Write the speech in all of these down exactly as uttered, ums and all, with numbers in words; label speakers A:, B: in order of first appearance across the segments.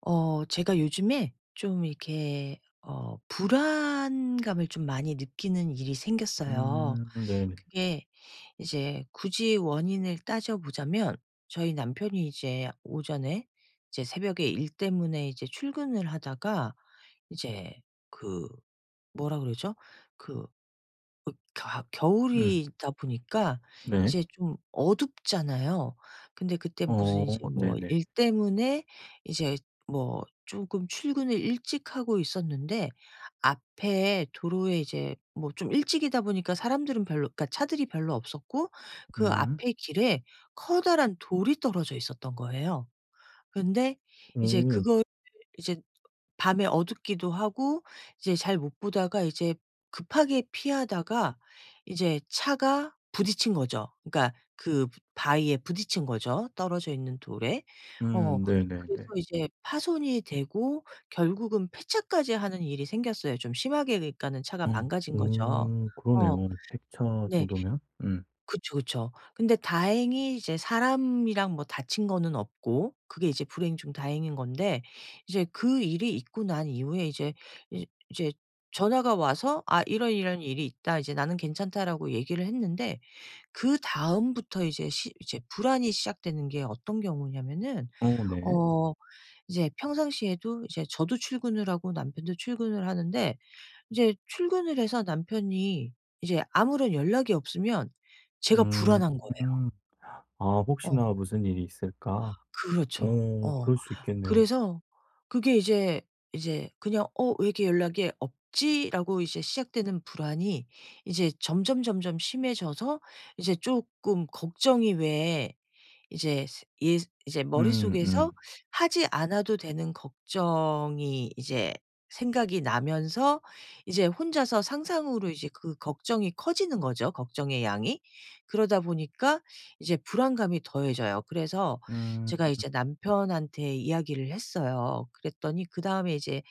A: 어 제가 요즘에 좀 이렇게 어 불안감을 좀 많이 느끼는 일이 생겼어요.
B: 음 네네.
A: 그게 이제 굳이 원인을 따져보자면 저희 남편이 이제 오전에 이제 새벽에 일 때문에 이제 출근을 하다가 이제 그 뭐라 그러죠? 그 어 가
B: 음
A: 겨울이다 보니까
B: 네.
A: 이제 좀 어둡잖아요. 근데 그때 무슨
B: 어
A: 이제 뭐
B: 네네.
A: 일 때문에 이제 뭐 쪼금 출근을 일찍 하고 있었는데 앞에 도로에 이제 뭐 좀 일찍이다 보니까 사람들은 별로, 그러니까 차들이 별로 없었고 그
B: 음.
A: 앞에 길에 커다란 돌이 떨어져 있었던 거예요. 근데 이제
B: 오.
A: 그거 이제 밤에 어둡기도 하고 이제 잘 못 보다가 이제 급하게 피하다가 이제 차가 부딪힌 거죠. 그러니까 그 바위에 부딪힌 거죠, 떨어져 있는 돌에. 어
B: 음
A: 그래서
B: 네네네.
A: 이제 파손이 되고 결국은 폐차까지 하는 일이 생겼어요. 좀 심하게, 그러니까는 차가
B: 어
A: 망가진 거죠.
B: 오
A: 어.
B: 그러네요. 백차
A: 네.
B: 정도면? 음.
A: 그쵸, 그쵸. 근데 다행히 이제 사람이랑 뭐 다친 거는 없고, 그게 이제 불행 중 다행인 건데, 이제 그 일이 있고 난 이후에 이제 이 이제 전화가 와서 "아, 이런, 이런 일이 있다. 이제 나는 괜찮다."라고 얘기를 했는데, 그다음부터 이제 시 이제 불안이 시작되는 게 어떤 경우냐면은,
B: 어 네.
A: 어 이제 평상시에도 이제 저도 출근을 하고 남편도 출근을 하는데, 이제 출근을 해서 남편이 이제 아무런 연락이 없으면 제가
B: 음.
A: 불안한 거예요.
B: 음. 아
A: 어,
B: '혹시나 무슨 일이 있을까?'
A: 그렇죠.
B: 오
A: 어
B: 그럴 수 있겠네요.
A: 그래서 그게 이제 이제 그냥 '어 왜 이렇게 연락이 없지?'라고 이제 시작되는 불안이 이제 점점 점점 심해져서 이제 쪼끔 걱정이, 왜 이제 스 예 이제
B: 음
A: 머릿속에서
B: 음.
A: 하지 않아도 되는 걱정이 이제 생각이 나면서 이제 혼자서 상상으로 이제 그 걱정이 커지는 거죠, 걱정의 양이. 그러다 보니까 이제 불안감이 더해져요. 그래서 제가
B: 음
A: 이제 남편한테 이야기를 했어요. 그랬더니 그다음에 이제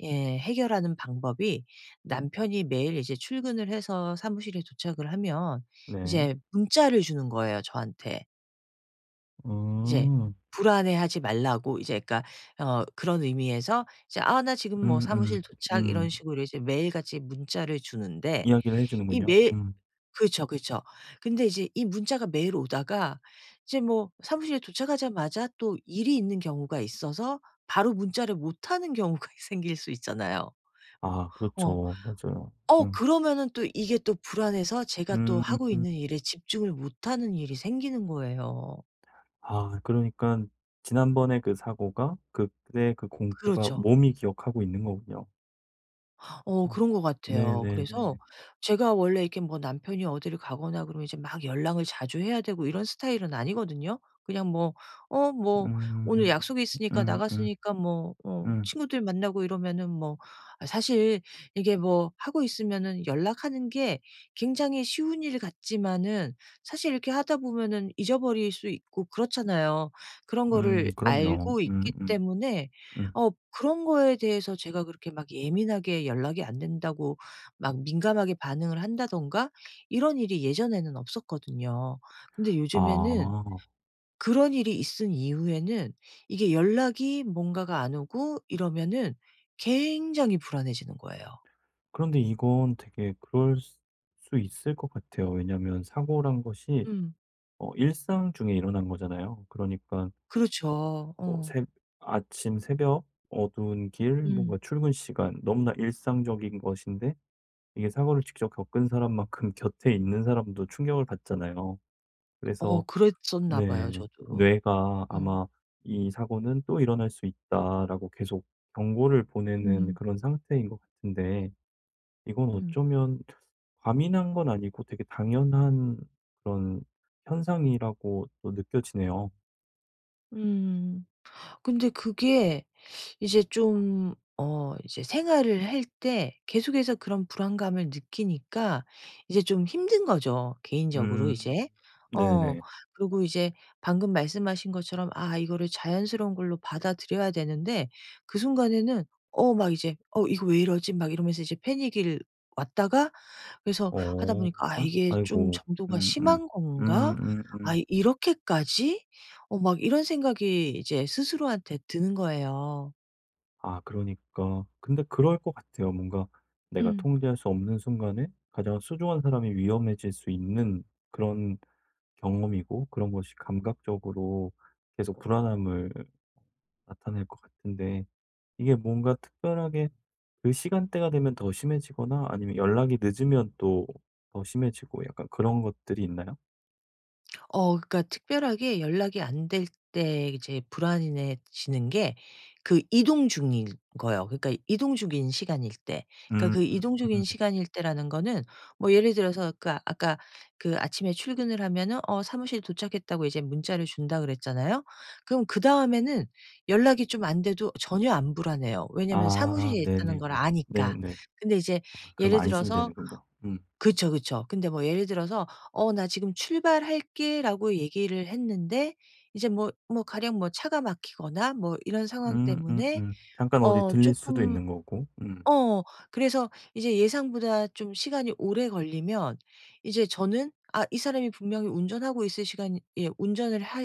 A: 예 해결하는 방법이, 남편이 매일 이제 출근을 해서 사무실에 도착을 하면
B: 네.
A: 이제 문자를 주는 거예요, 저한테. 이제
B: 음.
A: 불안해하지 말라고, 이제 그러니까 어 그런 의미에서 이제 "아 나 지금 뭐
B: 음
A: 사무실
B: 음. 음.
A: 도착." 이런
B: 음.
A: 식으로 이제 매일같이 문자를 주는데,
B: 이야기를 해
A: 이
B: 주는군요.
A: 매일
B: 음.
A: 그쵸, 그쵸. 근데 이제 이 문자가 매일 오다가 이제 뭐 사무실에 도착하자마자 또 일이 있는 경우가 있어서 바로 문자를 못 하는 경우가 생길 수 있잖아요.
B: 아
A: 어.
B: 그렇죠. 맞아요.
A: 어
B: 음.
A: 그러면은 또 이게 또 불안해서 제가 또 하고
B: 음.
A: 있는 일에 집중을 못 하는 일이 생기는 거예요.
B: 아 그러니까 지난번에 그 사고가 그때 그 공포가
A: 그렇죠.
B: 몸이 기억하고 있는 거군요.
A: 어
B: 어.
A: 그런 것 같아요. 그래서
B: 네네네.
A: 제가 원래 이렇게 뭐 남편이 어디를 가거나 그러면 이제 막 연락을 자주 해야 되고 이런 스타일은 아니거든요. 그냥 뭐 "어 뭐 오늘
B: 음.
A: 약속이 있으니까
B: 음음
A: 나갔으니까 뭐 어
B: 음.
A: 친구들 만나고." 이러면은 뭐, 아, 사실 이게 뭐 하고 있으면은 연락하는 게 굉장히 쉬운 일 같지만은, 사실 이렇게 하다 보면은 잊어버릴 수 있고 그렇잖아요. 그런
B: 음
A: 거를
B: 그럼요.
A: 알고
B: 음
A: 있기
B: 음
A: 때문에
B: 음.
A: 어 그런 거에 대해서 제가 그렇게 막 예민하게 연락이 안 된다고 막 민감하게 반응을 한다든가, 이런 일이 예전에는 없었거든요. 근데 요즘에는
B: 아.
A: 그런 일이 있은 이후에는 이게 연락이 뭔가가 안 오고 이러면은 굉장히 불안해지는 거예요.
B: 그런데 이건 되게 그럴 수 수 있을 것 같아요. 왜냐면 사고란 것이
A: 음.
B: 어 일상 중에 일어난 거잖아요. 그러니까 어
A: 그렇죠.
B: 뭐
A: 어.
B: 새 아침 새벽, 어두운 길,
A: 음.
B: 뭔가 출근 시간 너무나 일상적인 것인데 이게 사고를 직접 겪은 사람만큼 곁에 있는 사람도 충격을 받잖아요.
A: 어
B: 그래서
A: 그랬었나 봐요
B: 네.
A: 저도.
B: 뇌가
A: 음.
B: 아마 '이 사고는 또 일어날 수 있다.'라고 계속 경고를 보내는
A: 음.
B: 그런 상태인 것 같은데 이건
A: 음.
B: 어쩌면 과민한 건 아니고 되게 당연한 그런 현상이라고 또 느껴지네요.
A: 음. 음. 근데 그게 이제 좀 어 이제 생활을 할 때 계속해서 그런 불안감을 느끼니까 이제 좀 힘든 거죠, 개인적으로
B: 음.
A: 이제. 어.
B: 네네.
A: 그리고 이제 방금 말씀하신 것처럼, 아, 이거를 자연스러운 걸로 받아들여야 되는데, 그 순간에는 어 막 이제 '어 이거 왜 이러지?' 막 이러면서 이제 패닉이 왔다가, 그래서 하다
B: 어.
A: 보니까 '아 이게 좀
B: 아이고.
A: 정도가
B: 음음.
A: 심한 건가? 아
B: 음음음.
A: 이렇게까지?' 어 막 이런 생각이 이제 스스로한테 드는 거예요.
B: 아 그러니까. 근데 그럴 것 같아요. 뭔가 내가
A: 음.
B: 통제할 수 없는 순간에 가장 소중한 사람이 위험해질 수 있는 그런 경험이고 그런 것이 감각적으로 계속 불안함을 나타낼 것 같은데 이게 뭔가 특별하게 그 시간대가 되면 더 심해지거나 아니면 연락이 늦으면 또 더 심해지고 약간 그런 것들이 있나요?
A: 어 그러니까 특별하게 연락이 안 될 때 이제 불안해지는 게 그 이동 중인 거예요. 그러니까 이동 중인 시간일 때. 그러니까 그 이동 중인
B: 음.
A: 시간일 때라는 거는 뭐 예를 들어서 그 아- 아까 그 아침에 출근을 하면은 어 사무실 도착했다고 이제 문자를 준다 그랬잖아요. 그럼 그다음에는 연락이 좀 안 돼도 전혀 안 불안해요. 왜냐면
B: 아
A: 사무실에 있다는 걸
B: 네네네.
A: 아니까.
B: 네네.
A: 근데 이제
B: 아 그럼
A: 예를
B: 안심이
A: 들어서,
B: 되는군요. 음.
A: 그쵸, 그쵸. 근데 뭐 예를 들어서 "어 나 지금 출발할게."라고 얘기를 했는데, 이제 뭐 뭐 가령 뭐 차가 막히거나 뭐 이런 상황
B: 음
A: 때문에
B: 음음. 잠깐 어디
A: 어
B: 들릴 수도
A: 쪼끔,
B: 있는 거고. 음.
A: 어. 그래서 이제 예상보다 좀 시간이 오래 걸리면 이제 저는 '아 이 사람이 분명히 운전하고 있을 시간, 예 운전을 하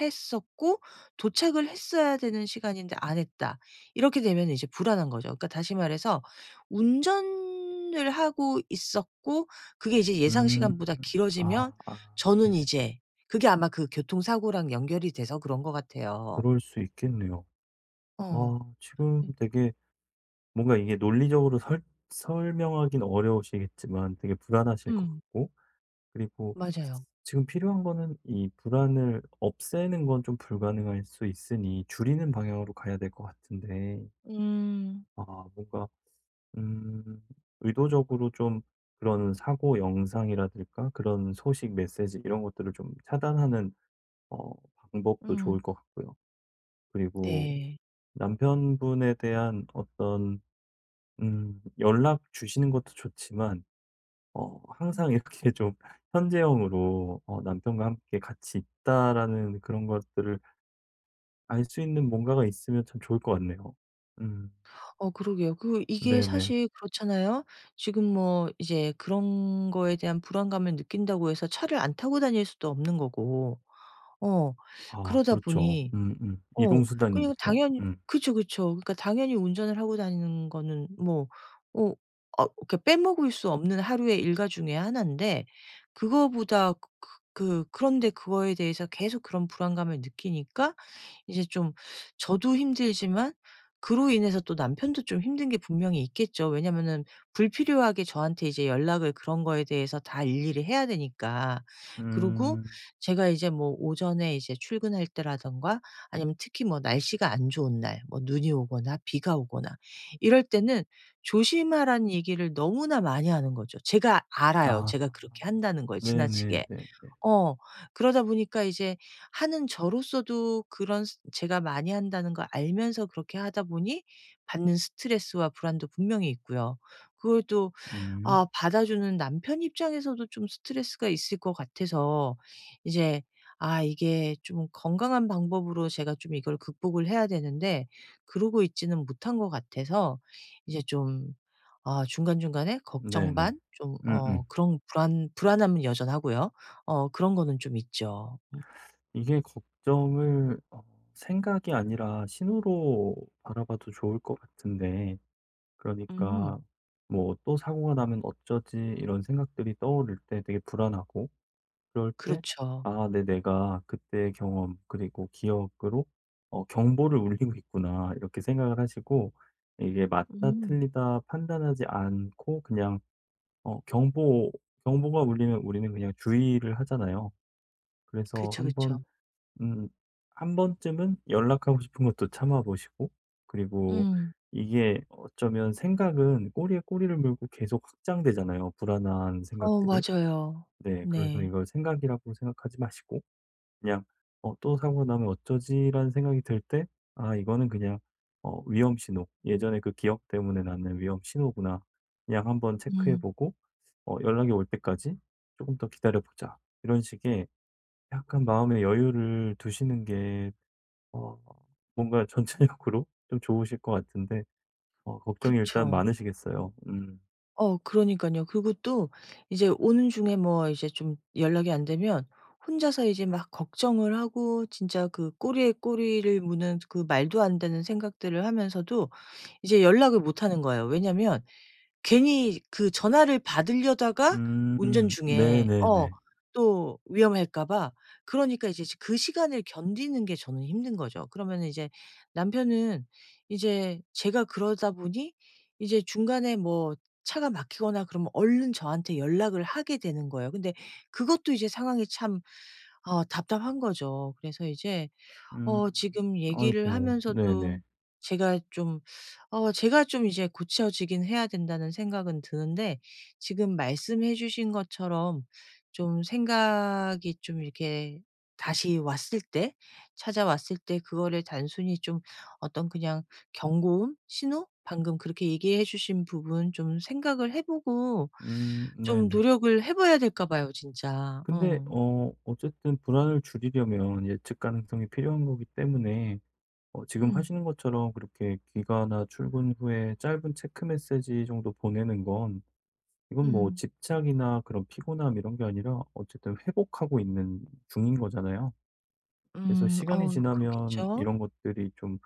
A: 했었고 도착을 했어야 되는 시간인데 안 했다.' 이렇게 되면 이제 불안한 거죠. 그러니까 다시 말해서 운전을 하고 있었고 그게 이제 예상
B: 음.
A: 시간보다 길어지면
B: 아 아 네.
A: 저는 이제, 그게 아마 그 교통사고랑 연결이 돼서 그런 것 같아요.
B: 그럴 수 있겠네요.
A: 어.
B: 아 지금
A: 예.
B: 되게 뭔가 이게 논리적으로 설 설명하긴 어려우시겠지만 되게 불안하실 것
A: 음.
B: 같고 그리고
A: 맞아요.
B: 지금 필요한 거는 이 불안을 없애는 건 좀 불가능할 수 있으니 줄이는 방향으로 가야 될 것 같은데
A: 음.
B: 아 뭔가 음. 의도적으로 좀 그런 사고 영상이라든가 그런 소식, 메시지 이런 것들을 좀 차단하는 어 방법도
A: 음.
B: 좋을 것 같고요. 그리고
A: 네.
B: 남편분에 대한 어떤 음 연락 주시는 것도 좋지만 어
A: 음.
B: 항상 이렇게 좀 현재형으로 어 '남편과 함께 같이 있다.'라는 그런 것들을 알 수 있는 뭔가가 있으면 참 좋을 것 같네요. 음.
A: 어 그러게요. 그 이게
B: 네네.
A: 사실 그렇잖아요. 지금 뭐 이제 그런 거에 대한 불안감을 느낀다고 해서 차를 안 타고 다닐 수도 없는 거고. 어
B: 아
A: 그러다
B: 그렇죠.
A: 보니,
B: 음음.
A: 어.
B: 이동
A: 그리고
B: 수단이니까.
A: 당연히,
B: 음.
A: 그쵸, 그쵸. 그러니까 당연히 운전을 하고 다니는 거는 뭐, 어 어 그러니까 빼먹을 수 없는 하루의 일과 중에 하나인데, 그거보다 그 그 그런데 그거에 대해서 계속 그런 불안감을 느끼니까 이제 좀 저도 힘들지만, 그로 인해서 또 남편도 좀 힘든 게 분명히 있겠죠. 왜냐면은 불필요하게 저한테 이제 연락을, 그런 거에 대해서 다 일일이 해야 되니까. 그리고
B: 음.
A: 제가 이제 뭐 오전에 이제 출근할 때라든가 아니면 특히 뭐 날씨가 안 좋은 날, 뭐 눈이 오거나 비가 오거나 이럴 때는 조심하라는 얘기를 너무나 많이 하는 거죠. 제가 알아요. 제가
B: 아.
A: 그렇게 한다는 걸, 지나치게.
B: 네네네네.
A: 어. 그러다 보니까 이제 하는 저로서도 그런 스 제가 많이 한다는 걸 알면서 그렇게 하다 보니 받는 스트레스와 불안도 분명히 있고요. 그걸 또,
B: 음.
A: 아, 받아주는 남편 입장에서도 좀 스트레스가 있을 것 같아서 이제, 아, 이게 좀 건강한 방법으로 제가 좀 이걸 극복을 해야 되는데 그러고 있지는 못한 것 같아서 이제 좀, 아, 중간중간에 걱정
B: 네네.
A: 반 좀 어
B: 음음.
A: 그런 불안 불안함은 여전하고요. 어, 그런 거는 좀 있죠. 음.
B: 이게 걱정을 어 생각이 아니라 신호로 바라봐도 좋을 것 같은데 그러니까
A: 음.
B: 뭐 '또 사고가 나면 어쩌지?' 이런 생각들이 떠오를 때 되게 불안하고 그럴 때
A: 그렇죠.
B: 아 내 내가 그때의 경험 그리고 기억으로 어 '경보를 울리고 있구나.' 이렇게 생각을 하시고 이게 맞다
A: 음.
B: 틀리다 판단하지 않고 그냥 어 경보 경보가 울리면 우리는 그냥 주의를 하잖아요. 그래서
A: 그쵸,
B: 한번
A: 그쵸.
B: 음 한 번쯤은 연락하고 싶은 것도 참아 보시고 그리고
A: 음.
B: 이게 어쩌면 생각은 꼬리에 꼬리를 물고 계속 확장되잖아요, 불안한
A: 어,
B: 생각들이.
A: 맞아요.
B: 네. 그래서
A: 네.
B: 이걸 생각이라고 생각하지 마시고 그냥 '어 또 사고 나면 어쩌지?'라는 생각이 들 때 '아 이거는 그냥 어 위험 신호. 예전에 그 기억 때문에 나는 위험 신호구나. 그냥 한번 체크해
A: 음.
B: 보고 어 연락이 올 때까지 조금 더 기다려 보자.' 이런 식의 약간 마음의 여유를 두시는 게 어 뭔가 전체적으로 좀 좋으실 것 같은데 어 걱정이 일단
A: 그쵸.
B: 많으시겠어요. 음.
A: 어 그러니깐요. 그리고 또 이제 오는 중에 뭐 이제 좀 연락이 안 되면 혼자서 이제 막 걱정을 하고, 진짜 그 꼬리에 꼬리를 무는 그 말도 안 되는 생각들을 하면서도 이제 연락을 못 하는 거예요. 왜냐면 괜히 그 전화를 받으려다가 운전
B: 음.
A: 중에 어
B: 네네네.
A: 또 위험할까 봐. 그러니까 이제 지 그 시간을 견디는 게 저는 힘든 거죠. 그러면은 이제 남편은 이제 제가 그러다 보니 이제 중간에 뭐 차가 막히거나 그러면 얼른 저한테 연락을 하게 되는 거예요. 근데 그것도 이제 상황이 참 어 답답한 거죠. 그래서 이제, 어
B: 음.
A: 지금 얘기를
B: 아이고.
A: 하면서도
B: 네네.
A: 제가 좀 어 제가 좀 이제 고쳐지긴 해야 된다는 생각은 드는데, 지금 말씀해 주신 것처럼 좀 생각이 좀 이렇게 다시 왔을 때 찾아왔을 때 그거를 단순히 좀 어떤 그냥 경고음? 신호? 방금 그렇게 얘기해 주신 부분 좀 생각을 해 보고
B: 음.
A: 좀
B: 네네.
A: 노력을 해 봐야 될까 봐요, 진짜.
B: 근데
A: 어.
B: 어 어쨌든 불안을 줄이려면 예측 가능성이 필요한 거기 때문에 어 지금
A: 음.
B: 하시는 것처럼 그렇게 귀가나 출근 후에 짧은 체크 메시지 정도 보내는 건 이건 뭐
A: 음.
B: 집착이나 그런 피곤함 이런 게 아니라 어쨌든 회복하고 있는 중인 거잖아요. 그래서
A: 음.
B: 시간이
A: 어
B: 지나면
A: 그렇겠죠.
B: 이런 것들이 좀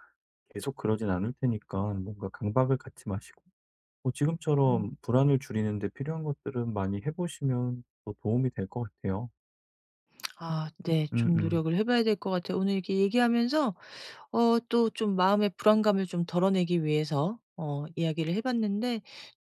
B: 계속 그러진 않을 테니까 뭔가 강박을 갖지 마시고 뭐
A: 음.
B: 지금처럼 불안을 줄이는 데 필요한 것들은 많이 해보시면 더 도움이 될 것 같아요.
A: 아, 네. 좀
B: 음음.
A: 노력을 해 봐야 될 것 같아요. 오늘 이렇게 얘기하면서 어 또 좀 마음의 불안감을 좀 덜어내기 위해서 어 이야기를 해 봤는데,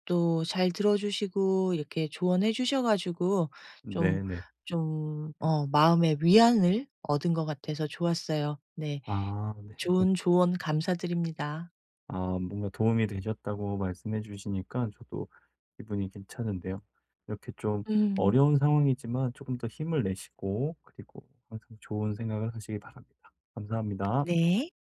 A: 또 잘 들어 주시고 이렇게 조언해 주셔 가지고 좀
B: 네네.
A: 좀 어 마음의 위안을 얻은 것 같아서 좋았어요. 네.
B: 아 네.
A: 좋은 조언 감사드립니다.
B: 아 뭔가 도움이 되셨다고 말씀해 주시니까 저도 기분이 괜찮은데요. 이렇게 좀
A: 음.
B: 어려운 상황이지만 조금 더 힘을 내시고 그리고 항상 좋은 생각을 하시기 바랍니다. 감사합니다.
A: 네.